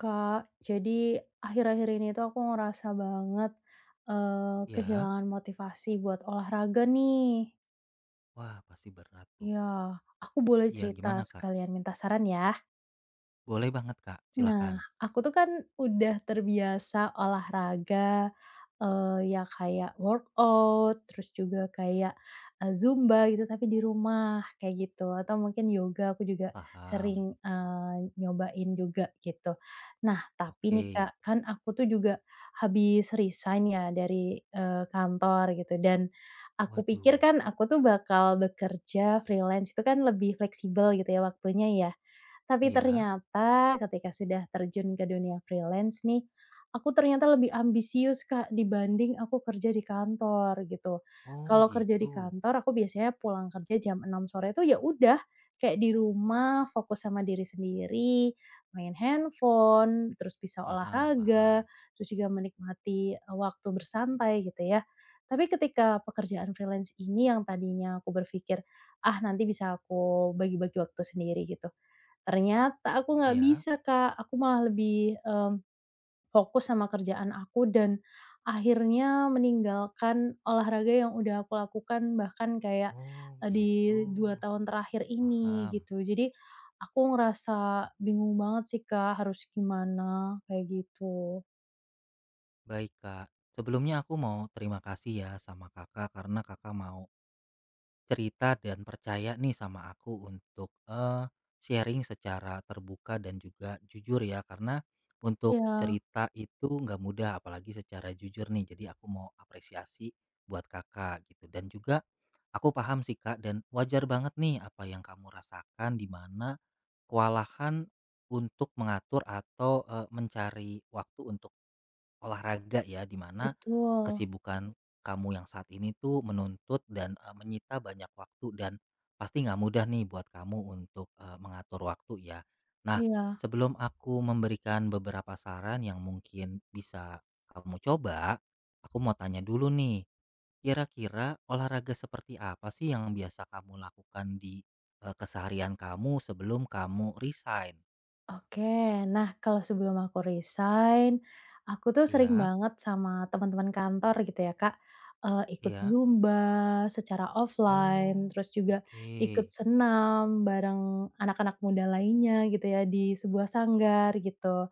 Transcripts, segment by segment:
Kak, jadi akhir-akhir ini tuh aku ngerasa banget, Iya? kehilangan motivasi buat olahraga nih. Wah, pasti berat tuh. Ya, aku boleh Iya, gimana, cerita Kak? sekalian minta saran ya? Boleh banget, Kak. Silakan. Nah, aku tuh kan udah terbiasa olahraga, ya kayak workout, terus juga kayak, zumba gitu, tapi di rumah, kayak gitu. Atau mungkin yoga aku juga Paham. sering, nyobain juga, gitu. Nah, tapi Oke. nih Kak, kan aku tuh juga habis resign ya dari, kantor gitu, dan aku pikir Waduh. kan aku tuh bakal bekerja freelance, itu kan lebih fleksibel gitu ya waktunya ya. Tapi Iya. ternyata ketika sudah terjun ke dunia freelance nih, aku ternyata lebih ambisius, Kak, dibanding aku kerja di kantor gitu. Oh, Kalau kerja di gitu. kantor aku biasanya pulang kerja jam 6 sore itu ya udah kayak di rumah fokus sama diri sendiri, main handphone, terus bisa Paham, olahraga, paham. terus juga menikmati, waktu bersantai gitu ya. Tapi ketika pekerjaan freelance ini yang tadinya aku berpikir, "Ah, nanti bisa aku bagi-bagi waktu sendiri," gitu. Ternyata aku nggak Iya. bisa, Kak. Aku malah lebih, fokus sama kerjaan aku dan akhirnya meninggalkan olahraga yang udah aku lakukan bahkan kayak, Oh, di gitu. 2 tahun terakhir ini Paham. gitu. Jadi aku ngerasa bingung banget sih, Kak, harus gimana kayak gitu. Baik, Kak. Sebelumnya aku mau terima kasih ya sama Kakak karena Kakak mau cerita dan percaya nih sama aku untuk sharing secara terbuka dan juga jujur ya, karena untuk Iya, cerita itu nggak mudah apalagi secara jujur nih, jadi aku mau apresiasi buat kakak gitu. Dan juga aku paham sih Kak, dan wajar banget nih apa yang kamu rasakan, di mana kewalahan untuk mengatur atau mencari waktu untuk olahraga ya, di mana betul. kesibukan kamu yang saat ini tuh menuntut dan, menyita banyak waktu, dan pasti nggak mudah nih buat kamu untuk, mengatur waktu ya. Nah, Iya. sebelum aku memberikan beberapa saran yang mungkin bisa kamu coba, aku mau tanya dulu nih, kira-kira olahraga seperti apa sih yang biasa kamu lakukan di, keseharian kamu sebelum kamu resign? Oke, nah kalau sebelum aku resign, aku tuh sering Iya banget sama teman-teman kantor gitu ya Kak, ikut iya. Zumba secara offline, Oh, terus juga ikut oke, senam bareng anak-anak muda lainnya gitu ya di sebuah sanggar gitu.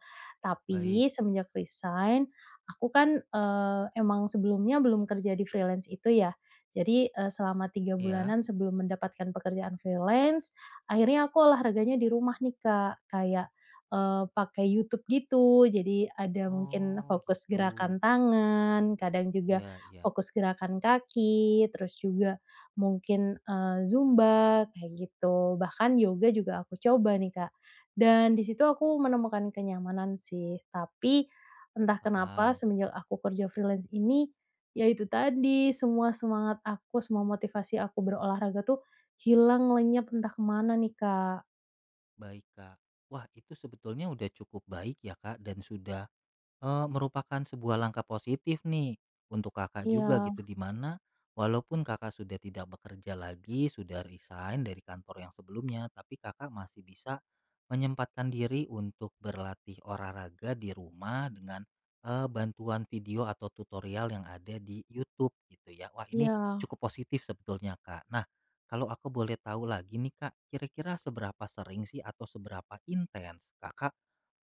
baik. Tapi semenjak resign, aku kan, emang sebelumnya belum kerja di freelance itu ya. Jadi, selama tiga Iya? bulanan sebelum mendapatkan pekerjaan freelance, akhirnya aku olahraganya di rumah nih Kak, kayak pakai YouTube gitu. Jadi ada mungkin Oh, fokus gitu. gerakan tangan, kadang juga Iya iya, fokus gerakan kaki, terus juga mungkin, zumba kayak gitu. Bahkan yoga juga aku coba nih, Kak. Dan di situ aku menemukan kenyamanan sih, tapi entah kenapa paham. semenjak aku kerja freelance ini, ya itu tadi, semua semangat aku, semua motivasi aku berolahraga tuh hilang, lenyap, entah kemana nih, Kak. Baik, Kak. Wah, itu sebetulnya udah cukup baik ya, Kak, dan sudah, merupakan sebuah langkah positif nih untuk Kakak juga gitu, Iya, di mana walaupun Kakak sudah tidak bekerja lagi, sudah resign dari kantor yang sebelumnya, tapi Kakak masih bisa menyempatkan diri untuk berlatih olahraga di rumah dengan, bantuan video atau tutorial yang ada di YouTube gitu ya. Wah, ini iya. cukup positif sebetulnya, Kak. Nah, kalau aku boleh tahu lagi nih, Kak, kira-kira seberapa sering sih atau seberapa intens Kakak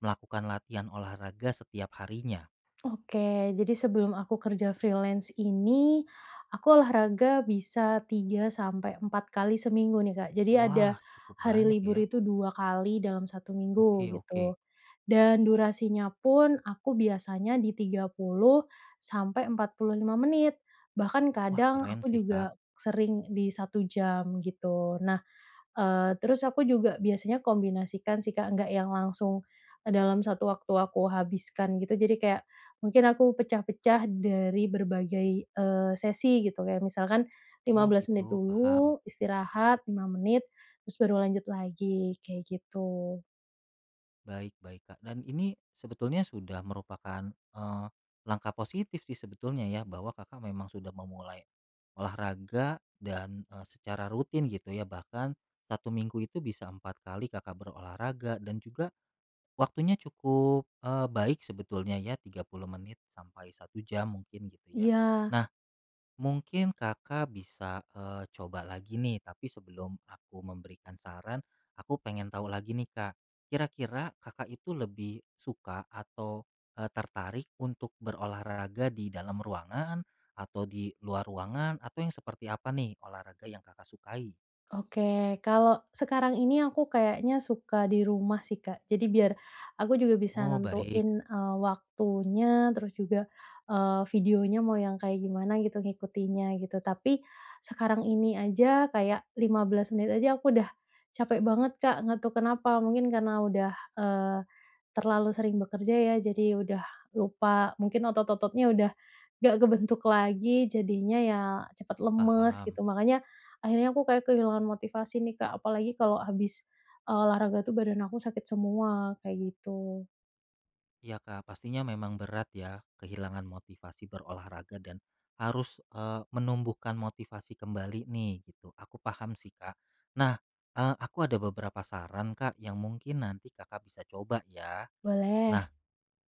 melakukan latihan olahraga setiap harinya? Oke, jadi sebelum aku kerja freelance ini, aku olahraga bisa 3 sampai 4 kali seminggu nih, Kak. Jadi ada Wah, cukup hari banyak libur ya. itu 2 kali dalam satu Oke, minggu oke. gitu. Dan durasinya pun aku biasanya di 30 sampai 45 menit, bahkan Wah, kadang keren aku sih, Kak. juga sering di 1 jam gitu. Nah, terus aku juga biasanya kombinasikan sih, Kak, nggak yang langsung, dalam satu waktu aku habiskan gitu. Jadi kayak mungkin aku pecah-pecah dari berbagai, sesi gitu. Kayak misalkan Oh, 15 menit gitu, paham. dulu, istirahat 5 menit, terus baru lanjut lagi, kayak gitu. Baik, baik, Kak. Dan ini sebetulnya sudah merupakan eh, langkah positif sih sebetulnya ya, bahwa Kakak memang sudah memulai olahraga dan secara rutin gitu ya. Bahkan satu minggu itu bisa 4 kali Kakak berolahraga, dan juga waktunya cukup baik sebetulnya ya, 30 menit sampai 1 jam mungkin gitu ya. Iya. Nah, mungkin Kakak bisa, coba lagi nih, tapi sebelum aku memberikan saran, aku pengen tahu lagi nih, Kak. Kira-kira Kakak itu lebih suka atau, tertarik untuk berolahraga di dalam ruangan atau di luar ruangan, atau yang seperti apa nih olahraga yang Kakak sukai? Oke, kalau sekarang ini aku kayaknya suka di rumah sih, Kak. Jadi biar aku juga bisa Oh, baik, nentuin, waktunya, terus juga, videonya mau yang kayak gimana gitu, ngikutinya gitu. Tapi sekarang ini aja kayak 15 menit aja aku udah capek banget, Kak, nggak tahu kenapa. Mungkin karena udah, terlalu sering bekerja ya, jadi udah lupa. Mungkin otot-ototnya udah gak kebentuk lagi, jadinya ya cepat lemes paham. gitu. Makanya akhirnya aku kayak kehilangan motivasi nih, Kak, apalagi kalau habis, olahraga tuh badan aku sakit semua, kayak gitu. Iya Kak, pastinya memang berat ya kehilangan motivasi berolahraga, dan harus menumbuhkan motivasi kembali nih gitu. Aku paham sih Kak. Nah, aku ada beberapa saran Kak yang mungkin nanti Kakak bisa coba ya. Boleh, Nah,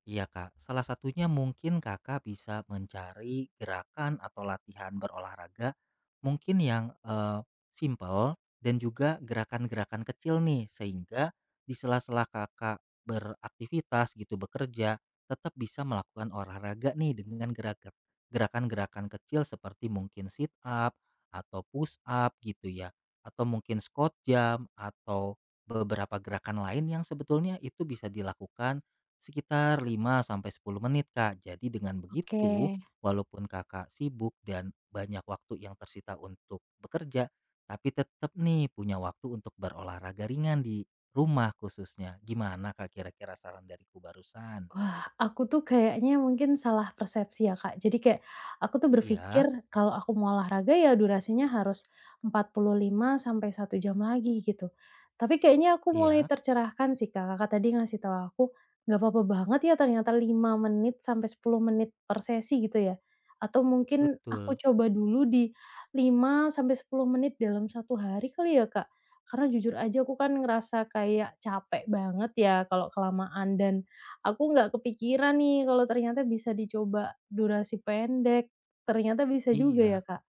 iya Kak, salah satunya mungkin Kakak bisa mencari gerakan atau latihan berolahraga mungkin yang simple dan juga gerakan-gerakan kecil nih, sehingga di sela-sela Kakak beraktivitas gitu bekerja tetap bisa melakukan olahraga nih dengan gerakan-gerakan kecil seperti mungkin sit up atau push up gitu ya, atau mungkin squat jam atau beberapa gerakan lain yang sebetulnya itu bisa dilakukan sekitar 5 sampai 10 menit, Kak. Jadi dengan oke. begitu, walaupun Kakak sibuk dan banyak waktu yang tersita untuk bekerja, tapi tetap nih punya waktu untuk berolahraga ringan di rumah khususnya. Gimana Kak kira-kira saran dariku barusan? Wah, aku tuh kayaknya mungkin salah persepsi ya, Kak. Jadi kayak aku tuh berpikir Iya, kalau aku mau olahraga ya durasinya harus 45 sampai 1 jam lagi gitu. Tapi kayaknya aku mulai iya, tercerahkan sih, Kak. Kakak tadi ngasih tahu aku nggak apa-apa banget ya ternyata 5 menit sampai 10 menit per sesi gitu ya. Atau mungkin betul. aku coba dulu di 5 sampai 10 menit dalam 1 hari kali ya, Kak. Karena jujur aja aku kan ngerasa kayak capek banget ya kalau kelamaan dan aku nggak kepikiran nih kalau ternyata bisa dicoba durasi pendek, ternyata bisa juga ya, Iya. Kak.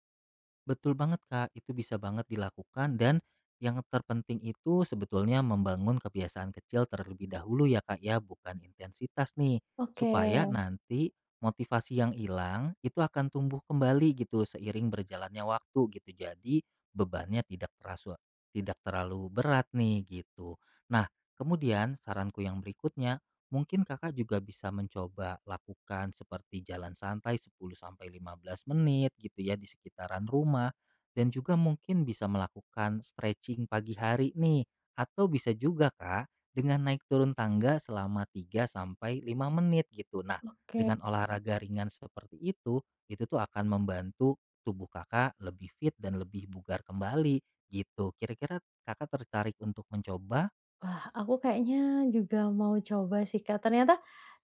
Betul banget, Kak, itu bisa banget dilakukan, dan yang terpenting itu sebetulnya membangun kebiasaan kecil terlebih dahulu ya, Kak, ya, bukan intensitas nih. Oke, Supaya nanti motivasi yang hilang itu akan tumbuh kembali gitu seiring berjalannya waktu gitu. Jadi bebannya tidak terasa, tidak terlalu berat nih gitu. Nah, kemudian saranku yang berikutnya, mungkin Kakak juga bisa mencoba lakukan seperti jalan santai 10-15 menit gitu ya di sekitaran rumah, dan juga mungkin bisa melakukan stretching pagi hari nih, atau bisa juga Kak dengan naik turun tangga selama 3 sampai 5 menit gitu. Nah, oke. dengan olahraga ringan seperti itu tuh akan membantu tubuh Kakak lebih fit dan lebih bugar kembali gitu. Kira-kira Kakak tertarik untuk mencoba? Wah, aku kayaknya juga mau coba sih, Kak. Ternyata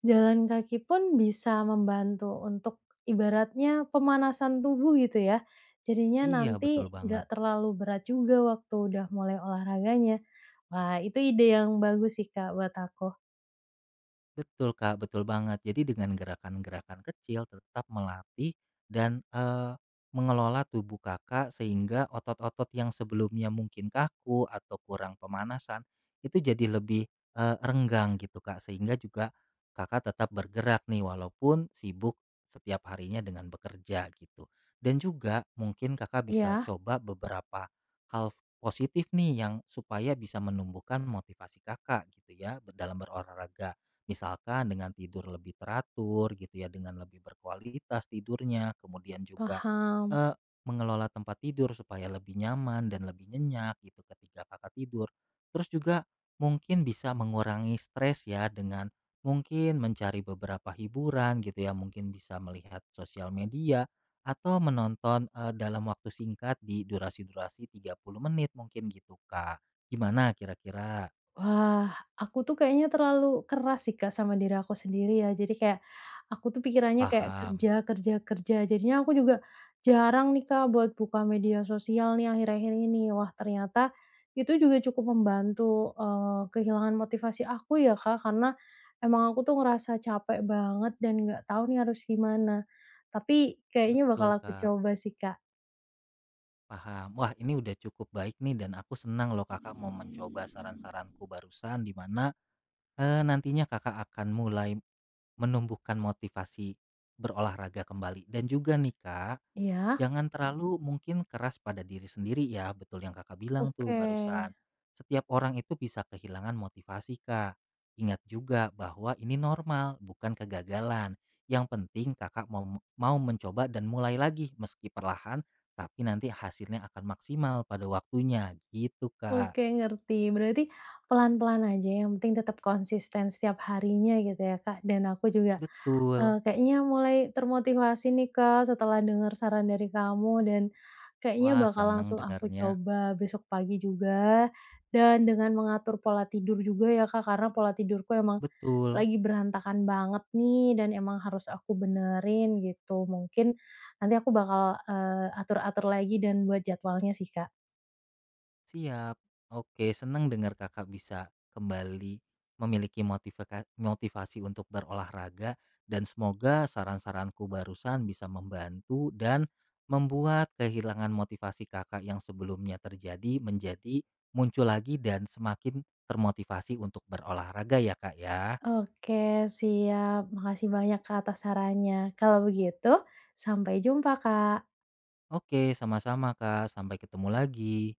jalan kaki pun bisa membantu untuk ibaratnya pemanasan tubuh gitu ya. Jadinya Iya, nanti betul banget. nggak terlalu berat juga waktu udah mulai olahraganya. Wah, itu ide yang bagus sih, Kak, buat aku. Betul, Kak, betul banget. Jadi dengan gerakan-gerakan kecil tetap melatih dan, mengelola tubuh Kakak sehingga otot-otot yang sebelumnya mungkin kaku atau kurang pemanasan itu jadi lebih, renggang gitu, Kak, sehingga juga Kakak tetap bergerak nih walaupun sibuk setiap harinya dengan bekerja gitu. Dan juga mungkin Kakak bisa Iya, coba beberapa hal positif nih yang supaya bisa menumbuhkan motivasi Kakak gitu ya, dalam berolahraga. Misalkan dengan tidur lebih teratur gitu ya, dengan lebih berkualitas tidurnya, kemudian juga, paham. eee, mengelola tempat tidur supaya lebih nyaman dan lebih nyenyak gitu ketika Kakak tidur. Terus juga mungkin bisa mengurangi stres ya dengan mungkin mencari beberapa hiburan gitu ya, mungkin bisa melihat sosial media atau menonton, dalam waktu singkat di durasi-durasi 30 menit mungkin gitu, Kak. Gimana kira-kira? Wah, aku tuh kayaknya terlalu keras sih, Kak, sama diri aku sendiri ya. Jadi kayak aku tuh pikirannya kayak Paham? kerja, kerja, kerja. Jadinya aku juga jarang nih, Kak, buat buka media sosial nih akhir-akhir ini. Wah, ternyata itu juga cukup membantu, kehilangan motivasi aku ya, Kak, karena emang aku tuh ngerasa capek banget dan nggak tahu nih harus gimana. Tapi kayaknya bakal Betul, aku Kak. coba sih, Kak. Paham. Wah, ini udah cukup baik nih dan aku senang loh Kakak mau mencoba saran-saranku barusan, di mana nantinya Kakak akan mulai menumbuhkan motivasi berolahraga kembali. Dan juga nih Kak, Ya. jangan terlalu mungkin keras pada diri sendiri ya, betul yang Kakak bilang tuh Oke. barusan. Setiap orang itu bisa kehilangan motivasi, Kak. Ingat juga bahwa ini normal, bukan kegagalan. Yang penting Kakak mau mencoba dan mulai lagi meski perlahan, tapi nanti hasilnya akan maksimal pada waktunya. Gitu, Kak. Oke, ngerti. Berarti pelan-pelan aja, yang penting tetap konsisten setiap harinya gitu ya, Kak. Dan aku juga, Betul. Kayaknya mulai termotivasi nih, Kak, setelah dengar saran dari kamu dan kayaknya Wah, bakal seneng langsung aku dengarnya. coba besok pagi juga dan dengan mengatur pola tidur juga ya, Kak, karena pola tidurku emang Betul. lagi berantakan banget nih dan emang harus aku benerin gitu. Mungkin nanti aku bakal, atur-atur lagi dan buat jadwalnya sih, Kak. Siap. Oke, senang dengar Kakak bisa kembali memiliki motivasi untuk berolahraga, dan semoga saran-saranku barusan bisa membantu dan membuat kehilangan motivasi Kakak yang sebelumnya terjadi menjadi muncul lagi dan semakin termotivasi untuk berolahraga ya, Kak ya. Oke, siap. Makasih banyak, Kak, atas sarannya. Kalau begitu, sampai jumpa, Kak. Oke, sama-sama Kak. Sampai ketemu lagi.